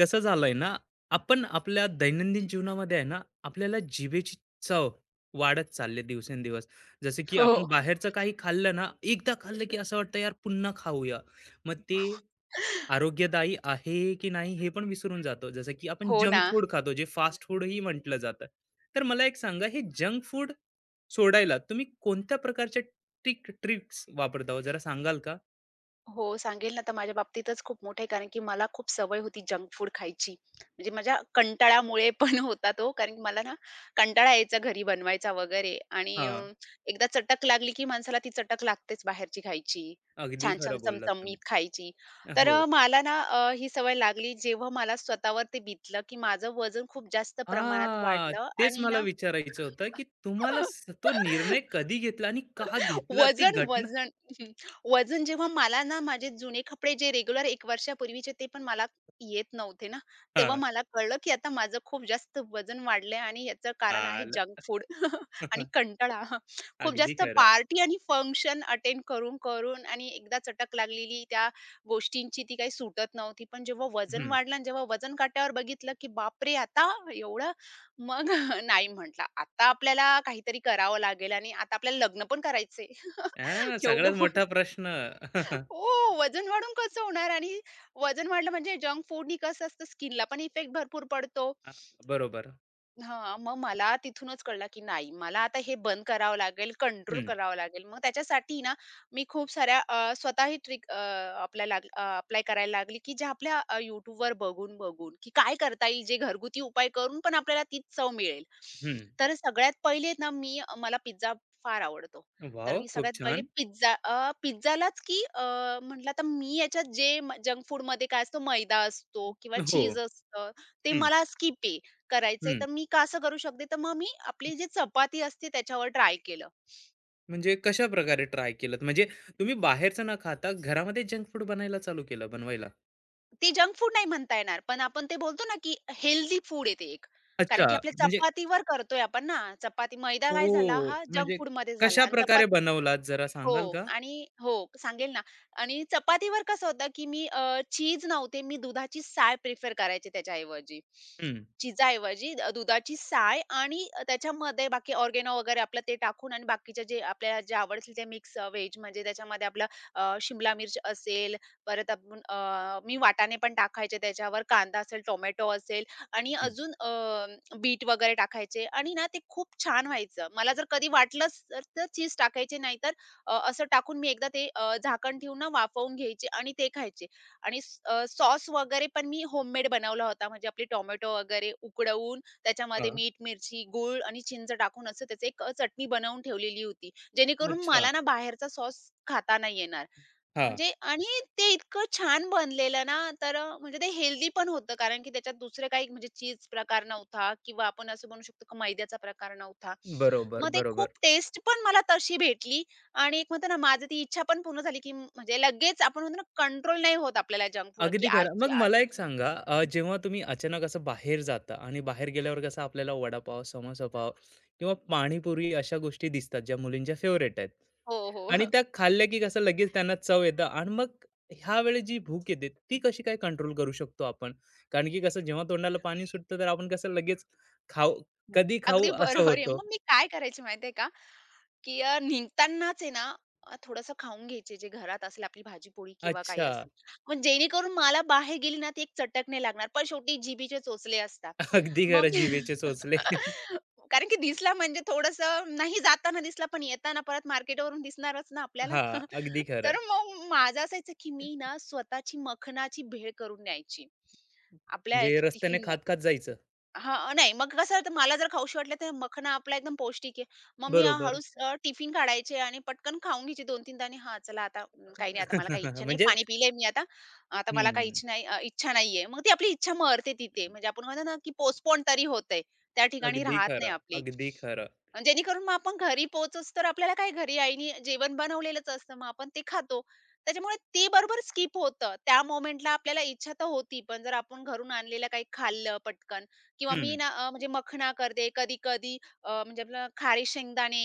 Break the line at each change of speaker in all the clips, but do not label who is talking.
कसं झालंय ना, आपण आपल्या दैनंदिन जीवनामध्ये आहे ना, आपल्याला जिभेची चव वाढत चालली आहे दिवसेंदिवस. जसं की आपण
हो.
बाहेरचं काही खाल्लं ना, एकदा खाल्लं की असं वाटतं यार पुन्हा खाऊया. मग ते आरोग्यदायी आहे की नाही हे पण विसरून जातो. जसं की आपण
हो ना.
जंक फूड खातो, जे फास्ट फूडही म्हटलं जातं. तर मला एक सांगा हे जंक फूड सोडायला तुम्ही कोणत्या प्रकारच्या ट्रिक्स वापरता हो? जरा सांगाल का?
हो, सांगेल ना, तर माझ्या बाबतीतच खूप मोठं आहे, कारण की मला खूप सवय होती जंक फूड खायची. म्हणजे माझ्या कंटाळ्यामुळे पण होता तो, कारण की मला ना कंटाळा यायचा घरी बनवायचा वगैरे आणि
हां,
एकदा चटक लागली, की माणसाला ती चटक लागतेच बाहेरची खायची.
अगदी
छान-छान
खरं बोललात
चमचमीत
तुम्ही.
खायची. तर
हो.
मला ना ही सवय लागली, जेव्हा मला स्वतःवर ते बितलं, की माझं वजन खूप जास्त प्रमाणात
हां,
वाढलं
तेच
आणि
मला
ना
विचारायचं होतं, की तुम्हाला तो निर्णय कधी घेतला आणि का घेतला? ती
वजन,
घटना
वजन. हं. वजन जेव्हा मला ना माझे जुने कपडे जे रेग्युलर 1 वर्षापूर्वीचे ते पण मला येत नव्हते ना, तेव्हा
हां,
मला कळलं, की आता माझं खूप जास्त वजन वाढलंय आणि याचं कारण आहे जंक
आलं.
फूड आणि कंटाळा. खूप
अगदी
जास्त
खरं.
पार्टी आणि फंक्शन अटेंड करून-करून आणि एकदा चटक लागलेली त्या गोष्टींची ती काही सुटत नव्हती. पण जेव्हा वजन
हं.
वाढलं आणि जेव्हा वजन काट्यावर बघितलं, की बापरे! आता एवढं मग नाही म्हटला. आता आपल्याला काहीतरी करावं लागेल आणि आता आपल्याला लग्न पण करायचंय.
हां,
एवढं
सगळ्यात मोठा प्रश्न.
हो, वजन वाढून कसं होणार आणि वजन वाढलं म्हणजे जंक फूडनी कसं असतं स्किनला पण इफेक्ट भरपूर पडतो.
हां, बरोबर.
हां, मग मला तिथूनच कळलं, की नाही मला आता हे बंद करावं लागेल, कंट्रोल
हं,
करावं लागेल. मग त्याच्यासाठी ना मी खूप साऱ्या स्वतःही ट्रिक आपल्या अप्लाय करायला लागली, की ज्या आपल्या YouTubeवर बघून-बघून, की काय करता येईल जे घरगुती उपाय करून पण आपल्याला तीच चव मिळेल.
हं.
तर सगळ्यात पहिले ना मी मला पिझ्झा फार आवडतो. तर
वॉव!
मी
खूप
सगळ्यात पहिले
छान.
पिझ्झालाच की म्हटलं आता मी याच्यात जे जंक फूडमध्ये काय असतो मैदा असतो किंवा
हो.
चीज असतं, ते
हं,
मला स्किप आहे. करायचंय,
हं.
तर मी का असं करू शकते? तर मग मी आपली जी चपाती असते त्याच्यावर ट्राय केलं.
म्हणजे कशाप्रकारे ट्राय केलत? म्हणजे तुम्ही बाहेरचं न खाता घरामध्ये जंक फूड बनायला चालू केलं बनवायला?
ते जंक फूड नाही म्हणता येणार, पण आपण ते बोलतो ना, की हेल्दी फूड आहे ते एक.
अच्छा,
कारण की आपल्या
म्हणजे
चपातीवर करतोय आपण ना, चपाती मैदा काय झाला
हो,
हा जंक
म्हणजे
फूडमध्ये झाला आणि
कशाप्रकारे
चपाती
बनवलात जरा
हो.
सांगाल का?
आणि हो, सांगेल ना आणि चपातीवर कसं होतं, की मी चीज नव्हते, मी दुधाची साय प्रिफर करायची त्याच्याऐवजी.
हं,
चीजाऐवजी दुधाची साय आणि त्याच्यामध्ये बाकी ऑर्गेनो वगैरे आपलं ते टाकून आणि बाकीचे जे आपल्याला जे आवडतील ते मिक्स व्हेज म्हणजे त्याच्यामध्ये आपलं शिमला मिर्च असेल, परत आपण मी वाटाणे पण टाकायचे त्याच्यावर, कांदा असेल, टोमॅटो असेल आणि
हं.
अजून बीट वगैरे टाकायचे आणि ना ते खूप छान व्हायचं. मला जर कधी वाटलंच तर चीज टाकायची, नाहीतर असं टाकून मी एकदा ते झाकण ठेवून ना वाफवून घ्यायचे आणि ते खायचे. आणि सॉस वगैरे पण मी होममेड बनवला होता. म्हणजे आपले टोमॅटो वगैरे उकडवून त्याच्यामध्ये मीठ, मिरची, गूळ आणि चिंच टाकून असं त्याची एक चटणी बनवून ठेवलेली होती. जेणेकरून
अच्छा.
मला ना बाहेरचा सॉस खाता नाही येणार.
हां.
म्हणजे आणि ते इतकं छान बनलेलं ना, तर म्हणजे ते हेल्दी पण होतं. कारण की त्याच्यात दुसरे काही म्हणजे चीज प्रकार नव्हता किंवा आपण असं म्हणू शकतो की मैद्याचा प्रकार नव्हता.
बरोबर,
मग ते
बरोबर.
खूप टेस्ट पण मला तशी भेटली आणि एक म्हणतो ना, माझी ती इच्छा पण पूर्ण झाली की म्हणजे लगेच आपण म्हणतो ना, कंट्रोल नाही होत आपल्याला जंक फूड की
अगदी खरं.
आजची
मग
आज.
मला एक सांगा, जेव्हा तुम्ही अचानक असं बाहेर जाता आणि बाहेर गेल्यावर कसं आपल्याला वडापाव, समोसापाव किंवा पाणीपुरी अशा गोष्टी दिसतात, ज्या मुलींच्या फेव्हरेट आहेत
हो,
आणि
हो.
त्या खाल्ल्या की कसं लगेच त्यांना चव येतं आणि मग ह्यावेळी जी भूक येते, ती कशी काय कंट्रोल करू शकतो आपण? कारण की कसं जेव्हा तोंडाला पाणी सुटतं, तर आपण कसं लगेच खाऊ, कधी खाऊ
अगदी
असं
बरोबर आहे.
होतं.
मग मी काय करायची माहिती का? की निघतानाच आहे ना थोडंसं खाऊन घ्यायचे जे घरात असेल आपली भाजी-पोळी किंवा काही
अच्छा.
असेल. मग जेणेकरून मला बाहेर गेली ना ती एक चटक नाही लागणार. पण शेवटी जिभेचे चोचले असतात.
अगदी
मग
खरं,
मी
जिभेचे चोचले.
कारण की दिसला म्हणजे थोडंसं नाही जाताना दिसला पण येताना परत मार्केटवरून दिसणारच ना आपल्याला.
हां, अगदी
तर
खरं.
मग माझं असायचं की मी ना स्वतःची मखनाची भेळ करून न्यायची. आपल्या
म्हणजे रस्त्याने
टिफिन
खात खात जायचं.
हां, नाही मग कसं होतं मला जर खाऊशी वाटलं तर मखना आपला एकदम पौष्टिक आहे. मग मी
बरोबर.
हळूच टिफिन काढायचे आणि पटकन खाऊन घ्यायची 2-3 दाणे. हां, चला आता काही नाही आता मला काही इच्छा नाही.
म्हणजे
पाणी पिलंय मी आता. आता मला काही
हं.
इच्छा नाही इच्छा नाहीये. मग ती आपली इच्छा मरते तिथे. म्हणजे आपण म्हणतो ना, की पोस्टपोन तरी होतंय. त्या ठिकाणी
अगदी
राहत नाही
खरं,
आपली.
अगदी खरं.
अन् जेणेकरून मग आपण घरी पोहोचोच तर आपल्याला काय घरी आईने जेवण बनवलेलंच असतं. मग आपण ते खातो. त्याच्यामुळे ते बरोबर स्किप होतं. त्या मोमेंटला आपल्याला इच्छा तर होती, पण जर आपण घरून आणलेलं काही खाल्लं पटकन, किंवा मी
हं.
ना म्हणजे मखना करते. कधी-कधी म्हणजे आपलं खारी शेंगदाणे,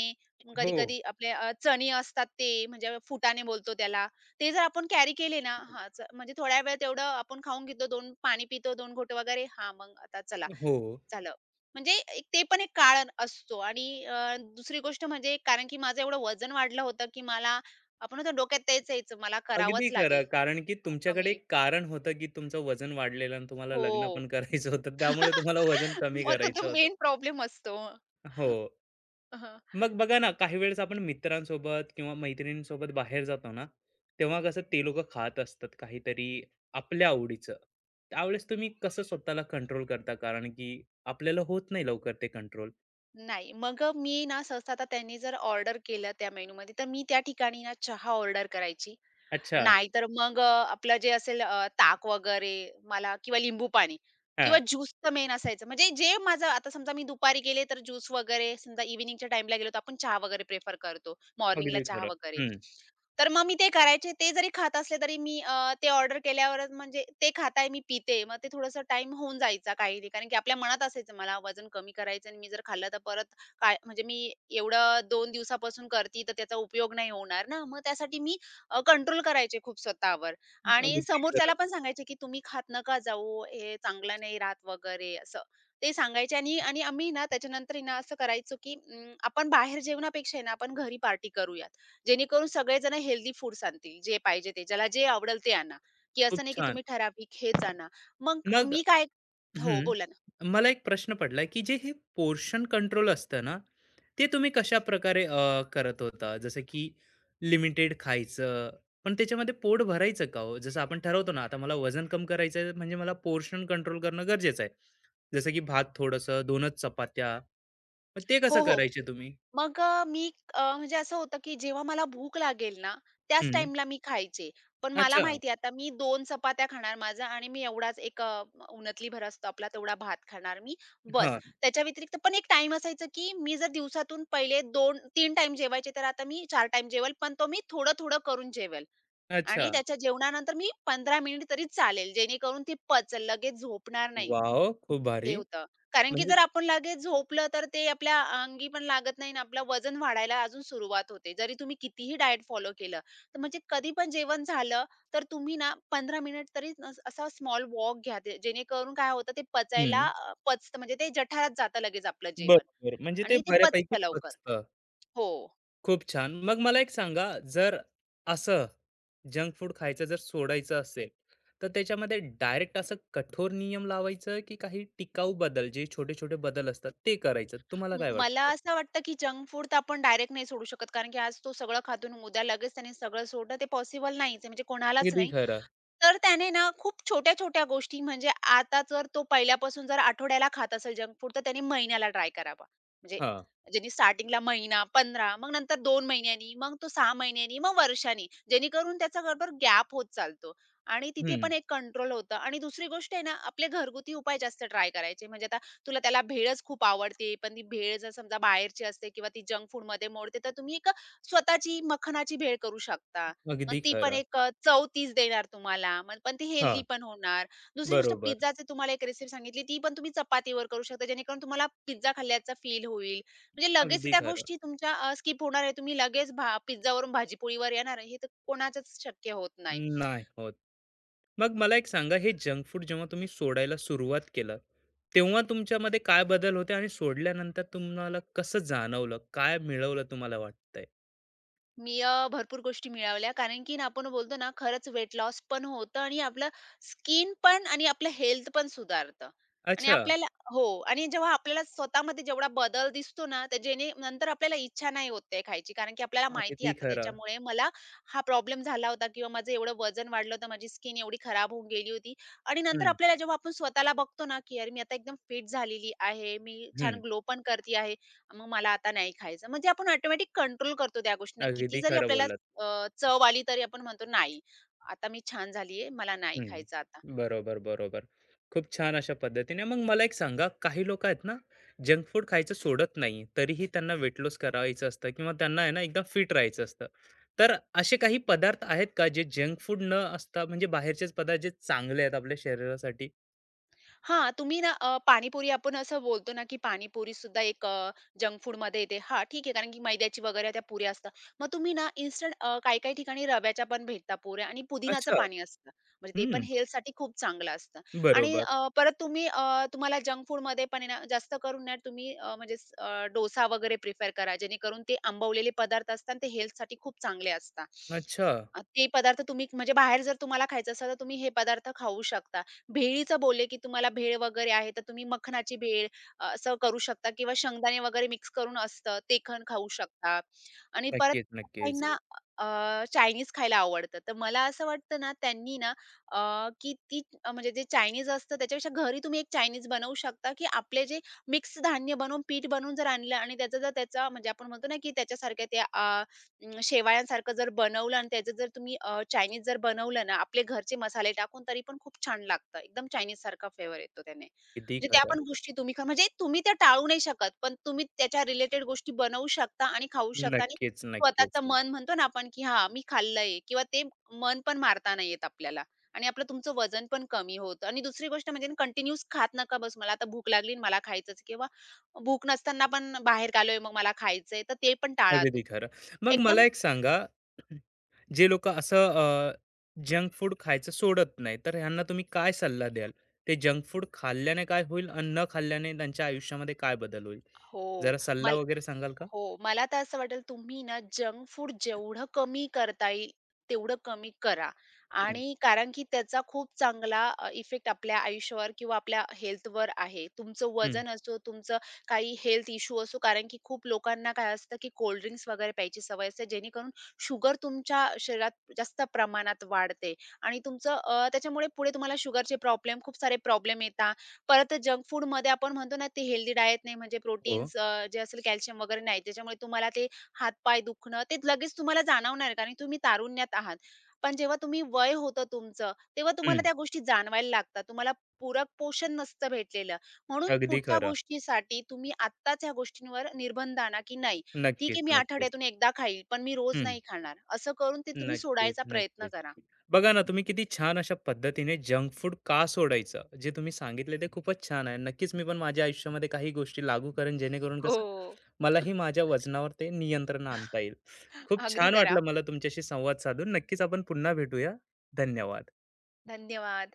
हो,
कधी-कधी आपले चणे असतात ते, म्हणजे फुटाणे बोलतो त्याला. ते जर आपण कॅरी केले ना हां, म्हणजे थोड्या वेळ तेवढं आपण खाऊन घेतो, 2 पाणी पितो, 2 घोट वगैरे. हां, मग आता चला,
हो.
झालं. म्हणजे एक ते पण एक कारण असतो आणि दुसरी गोष्ट म्हणजे कारण की माझं एवढं वजन वाढलं होतं, की मला आपण म्हणतो डोक्यात तेच यायचं, मला
अगदी
करावंच लागेल
खरं. कारण की तुमच्याकडे
कमी.
एक कारण होतं, की तुमचं वजन वाढलेलं आणि तुम्हाला
हो.
लग्न पण करायचं होतं. त्यामुळे तुम्हाला वजन कमी
मग तो
करायचं होतं.
मेन प्रॉब्लेम असतो.
हो. मग बघा ना, काही वेळेस आपण मित्रांसोबत किंवा मैत्रिणींसोबत बाहेर जातो ना, तेव्हा कसं ते लोकं खात असतात काहीतरी आपल्या आवडीचं. त्यावेळेस तुम्ही कसं स्वतःला कंट्रोल करता? कारण की आपल्याला होत नाही लवकर ते कंट्रोल.
नाही. मग मी ना सहसा आता त्यांनी जर ऑर्डर केलं त्या मेनूमध्ये, तर मी त्या ठिकाणी ना चहा ऑर्डर करायची.
अच्छा.
नाहीतर मग आपलं जे असेल ताक वगैरे मला किंवा लिंबू पाणी किंवा
हां.
ज्यूस तर मेन असायचं. म्हणजे जे माझं आता समजा मी दुपारी गेले, तर ज्यूस वगैरे समजा इव्हनिंगच्या टाईमला गेलो, तर आपण चहा वगैरे प्रेफर करतो. मॉर्निंगला
अगदी
चहा
खरं.
वगैरे.
हं.
तर मग मी ते करायचे. ते जरी खात असले, तरी मी ते ऑर्डर केल्यावरच म्हणजे ते खात मी पिते. मग ते थोडंसं टाईम होऊन जायचा काही नाही. कारण की आपल्या मनात असायचं मला वजन कमी करायचं आणि मी जर खाल्लं, तर परत काय म्हणजे मी एवढं 2 दिवसापासून करते, तर त्याचा उपयोग नाही होणार ना. मग त्यासाठी मी कंट्रोल करायचे खूप स्वतःवर आणि
अगदी खरं.
समोरच्याला पण सांगायचे, की "तुम्ही खात नका जाऊ, हे चांगलं नाही राहत वगैरे" असं. ते सांगायचे आणि आणि आम्ही ना त्याच्यानंतर आहे ना असं करायचो, की आपण बाहेर जेवणापेक्षा आहे ना आपण घरी पार्टी करूयात. जेणेकरून सगळेजण हेल्दी फूड्स आणतील, जे पाहिजे ते. ज्याला जे आवडेल ते आणा, की
खूप
असं नाही की
छान.
तुम्ही ठराविक हेच आणा. मग
मग
मी काय हो,
हं.
बोला ना.
मला एक प्रश्न पडला, की जे हे पोर्शन कंट्रोल असतं ना, ते तुम्ही कशाप्रकारे करत होता? जसं की लिमिटेड खायचं, पण त्याच्यामध्ये पोट भरायचं का हो? जसं आपण ठरवतो ना, आता मला वजन कमी करायचं आहे, म्हणजे मला पोर्शन कंट्रोल करणं गरजेचं आहे. जसं की भात थोडंसं, 2च चपात्या, मग ते कसं
हो, हो.
करायचे तुम्ही?
मग मी म्हणजे असं होतं, की जेव्हा मला भूक लागेल ना, त्याच
हं.
टाईमला मी खायचे. पण मला
अच्छा.
माहिती आता मी 2 चपात्या खाणार माझा आणि मी एवढाच एक उन्हातली भर असतो आपला तेवढा भात खाणार मी, बस.
हां.
त्याच्या व्यतिरिक्त पण एक टाइम असायचा, की मी जर दिवसातून पहिले 2-3 टाईम जेवायचे, तर आता मी 4 टाईम जेवेल, पण तो मी थोडं-थोडं करून जेवेल
अच्छा.
आणि त्याच्या जेवणानंतर मी 15 मिनिट तरी चालेल, जेणेकरून ती पचेल, लगेच झोपणार नाही.
वॉव! खूप
हे
भारी.
होतं. कारण की
म्हणजे
जर आपण लगेच झोपलं तर ते आपल्या अंगी पण लागत नाही आणि आपलं वजन वाढायला अजून सुरुवात होते. जरी तुम्ही कितीही डाएट फॉलो केलं, तर म्हणजे कधी पण जेवण झालं, तर तुम्ही ना 15 मिनिट तरी असा स्मॉल वॉक घ्या. ते जेणेकरून काय होतं ते पचायला
हं.
पचतं म्हणजे ते जठारात जातं लगेच आपलं जेवण
बरोबर. म्हणजे ते
आणि ते
बऱ्यापैकी
पचतं लवकर.
पचतं.
हो.
खूप छान. मग मला एक सांगा, जर असं जंक फूड खायचं जर सोडायचं असेल, तर त्याच्यामध्ये डायरेक्ट असं कठोर नियम लावायचं, की काही टिकाऊ बदल, जे छोटे-छोटे बदल असतात, ते करायचं? तुम्हाला काय
मला
वाटतं?
असं वाटतं की जंक फूड तर आपण डायरेक्ट नाही सोडू शकत. कारण की आज तो सगळं खातून उद्या लगेच त्याने सगळं सोडणं ते पॉसिबल नाहीच आहे म्हणजे कोणालाच
अगदी
नाही.
खरं.
तर त्याने ना खूप छोट्या-छोट्या गोष्टी म्हणजे आता जर तो पहिल्यापासून जर आठवड्याला खात असेल जंक फूड, तर त्याने महिन्याला ट्राय करावा. म्हणजे
हा
ज्यांनी स्टार्टिंगला महिना, 15 मग नंतर 2 महिन्यांनी, मग तो 6 महिन्यांनी, मग वर्षांनी. जेणेकरून त्याचा बरोबर गॅप होत चालतो आणि तिथे
हं.
पण एक कंट्रोल होतं आणि दुसरी गोष्ट आहे ना, आपले घरगुती उपाय जास्त ट्राय करायचे. म्हणजे आता तुला त्याला भेळच खूप आवडते, पण ती भेळ जर समजा बाहेरची असते किंवा ती जंक फूडमध्ये मोडते, तर तुम्ही एक स्वतःची मखनाची भेळ करू शकता मग
अगदी
ती पण
खरं.
एक चव तीच देणार तुम्हाला. मग पण ती
हा
हेल्दी पण होणार. दुसरी गोष्ट
बरोबर.
पिझ्झाची तुम्हाला एक रेसिपी सांगितली, ती पण तुम्ही चपातीवर करू शकता, जेणेकरून तुम्हाला पिझ्झा खाल्ल्याचा फील होईल. म्हणजे लगेच
अगदी
त्या
खरं.
गोष्टी तुमच्या स्किप होणार आहे. तुम्ही लगेच पिझ्झावरून भाजी येणार आहे, हे तर कोणाचंच शक्य होत नाही.
नाही होत. मग मला एक सांगा, हे जंक फूड जेव्हा तुम्ही सोडायला सुरुवात केलं, तेव्हा तुमच्यामध्ये काय बदल होते आणि सोडल्यानंतर तुम्हाला कसं जाणवलं? काय मिळवलं तुम्हाला वाटतंय?
मी भरपूर गोष्टी मिळवल्या. कारण की ना आपण बोलतो ना खरंच वेट लॉस पण होतं आणि आपलं स्किन पण आणि आपलं हेल्थ पण सुधारतं. आणि
अच्छा.
आपल्याला हो आणि जेव्हा आपल्याला स्वतःमध्ये जेवढा बदल दिसतो ना, तर जेणे नंतर आपल्याला इच्छा नाही होत ते खायची. कारण की आपल्याला माहिती
अगदी
आता
खरं.
त्याच्यामुळे मला हा प्रॉब्लेम झाला होता किंवा माझं एवढं वजन वाढलं होतं, माझी स्किन एवढी खराब होऊन गेली होती. आणि नंतर
हं,
आपल्याला जेव्हा आपण स्वतःला बघतो ना, की "अरे, मी आता एकदम फिट झालेली आहे. मी छान
हं.
ग्लो पण करते आहे." मग मला आता नाही खायचं. म्हणजे आपण ऑटोमॅटिक कंट्रोल करतो त्या गोष्टींना. किती
अगदी
जरी
खरं
आपल्याला
बोललात.
चव आली तरी आपण म्हणतो, "नाही, आता मी छान झालीये, मला नाही
हं.
खायचं आता."
बरोबर, बरोबर. खूप छान अशा पद्धतीने मग मला एक सांगा, काही लोकं आहेत ना, जंक फूड खायचं सोडत नाही, तरीही त्यांना वेट लॉस करायचं असतं किंवा त्यांना आहे ना, एकदम फिट राहायचं असतं. तर असे काही पदार्थ आहेत का, जे जंक फूड न असता म्हणजे बाहेरचेच पदार्थ जे चांगले आहेत आपल्या शरीरासाठी?
हां, तुम्ही ना पाणीपुरी आपण असं बोलतो ना, की पाणीपुरी सुद्धा एक जंक फूडमध्ये येते. हां, ठीक आहे कारण की मैद्याची वगैरे त्या पुऱ्या असतात. मग तुम्ही ना इन्स्टंट काही-काही ठिकाणी रव्याच्या पण भेटतात पुऱ्या आणि पुदिनाचं
अच्छा.
पाणी असतं. म्हणजे ते पण
हं.
हेल्थसाठी खूप चांगलं असतं. आणि
बरोबर.
परत तुम्ही तुम्हाला जंक फूडमध्ये पण आहे ना, जास्त करून ना तुम्ही म्हणजे डोसा वगैरे प्रिफर करा. जेणेकरून ते आंबवलेले पदार्थ असतात ते हेल्थसाठी खूप चांगले असतात.
अच्छा.
ते पदार्थ तुम्ही म्हणजे बाहेर जर तुम्हाला खायचं असेल, तर तुम्ही हे पदार्थ खाऊ शकता. भेळीचं बोलले, की तुम्हाला भेळ वगैरे आहे, तर तुम्ही मखनाची भेळ असं करू शकता किंवा शेंगदाणे वगैरे मिक्स करून असतं, ते पण खाऊ शकता आणि परत
नक्कीच, नक्कीच.
काहींना अ, चायनीज खायला आवडतं. तर मला असं वाटतं ना, त्यांनी ना अ, की ती म्हणजे जे चायनीज असतं, त्याच्यापेक्षा घरी तुम्ही एक चायनीज बनवू शकता, की आपले जे मिक्स धान्य बनवून, पीठ बनवून जर आणलं आणि त्याचा जर त्याचा म्हणजे आपण म्हणतो ना, की त्याच्यासारख्या त्या शेवाळ्यांसारखं जर बनवलं आणि त्याचं जर तुम्ही चायनीज जर बनवलं ना, आपले घरचे मसाले टाकून तरी पण खूप छान लागतं. एकदम चायनीजसारखा फ्लेवर येतो त्याने.
किती
म्हणजे त्या
खरं.
पण गोष्टी तुम्ही खा म्हणजे तुम्ही त्या टाळू नाही शकत, पण तुम्ही त्याच्या रिलेटेड गोष्टी बनवू शकता आणि खाऊ शकता आणि
नक्कीच, नक्कीच.
स्वतःचं मन म्हणतो ना आपण, की हां, मी खाल्लंय किंवा ते मन पण मारता नाही येत आपल्याला आणि आपलं तुमचं वजन पण कमी होतं आणि दुसरी गोष्ट म्हणजे कंटिन्यूअस खात नका बस मला आता भूक लागली आणि मला खायचंच किंवा भूक नसताना पण बाहेर आलोय मग मला खायचंय, तर ते पण टाळा
अगदी
तुम्ही.
खरं. मग
एकदम
मला एक सांगा, जे लोकं असं जंक फूड खायचं सोडत नाही, तर ह्यांना तुम्ही काय सल्ला द्याल? ते जंक फूड खाल्ल्याने काय होईल आणि न खाल्ल्याने त्यांच्या आयुष्यामध्ये काय बदल होईल? जरा
हो.
सल्ला
मल
वगैरे सांगाल का?
हो. मला तर असं वाटेल तुम्ही ना जंक फूड जेवढं कमी करता येईल, तेवढं कमी करा
हं.
आणि कारण की त्याचा खूप चांगला इफेक्ट आपल्या आयुष्यावर किंवा आपल्या हेल्थवर आहे. तुमचं
हं.
वजन असो, तुमचं काही हेल्थ इश्यू असो, कारण की खूप लोकांना काय असतं, की कोल्ड ड्रिंक्स वगैरे प्यायची सवय असते, जेणेकरून शुगर तुमच्या शरीरात जास्त प्रमाणात वाढते आणि तुमचं त्याच्यामुळे पुढे तुम्हाला शुगरचे प्रॉब्लेम, खूप सारे प्रॉब्लेम येतात परत जंक फूडमध्ये आपण म्हणतो ना, ते हेल्दी डाएट नाही म्हणजे
हो.
प्रोटीन्स जे असेल कॅल्शियम वगैरे नाही. त्याच्यामुळे तुम्हाला ते हात-पाय दुखणं ते लगेच तुम्हाला जाणवणार आहे, कारण तुम्ही तारुण्यात आहात. पण जेव्हा तुम्ही वय होतं तुमचं, तेव्हा तुम्हाला
हं.
त्या गोष्टी जाणवायला लागतात. तुम्हाला पूरक पोषण नसतं भेटलेलं. म्हणून
अगदी
पुढच्या
खरं.
गोष्टीसाठी तुम्ही आत्ताच ह्या गोष्टींवर निर्बंध आणा, की नाही ठीक
नक्कीच,
आहे, मी
नक्कीच.
आठवड्यातून एकदा खाईल, पण मी रोज
हं.
नाही खाणार. असं करून ते तुम्ही
नक्कीच,
सोडायचा प्रयत्न
नक्कीच.
करा.
बघा ना, तुम्ही किती छान अशा पद्धतीने जंक फूड का सोडायचं, जे तुम्ही सांगितले ते खूपच छान आहे. नक्कीच मी पण माझ्या आयुष्यामध्ये काही गोष्टी लागू करेन, जेणेकरून
हो.
कसं मलाही माझ्या वजनावर ते नियंत्रण आणता येईल. खूप
अगदी
छान
करा.
वाटलं मला तुमच्याशी संवाद साधून. नक्कीच आपण पुन्हा भेटूया. धन्यवाद.
धन्यवाद.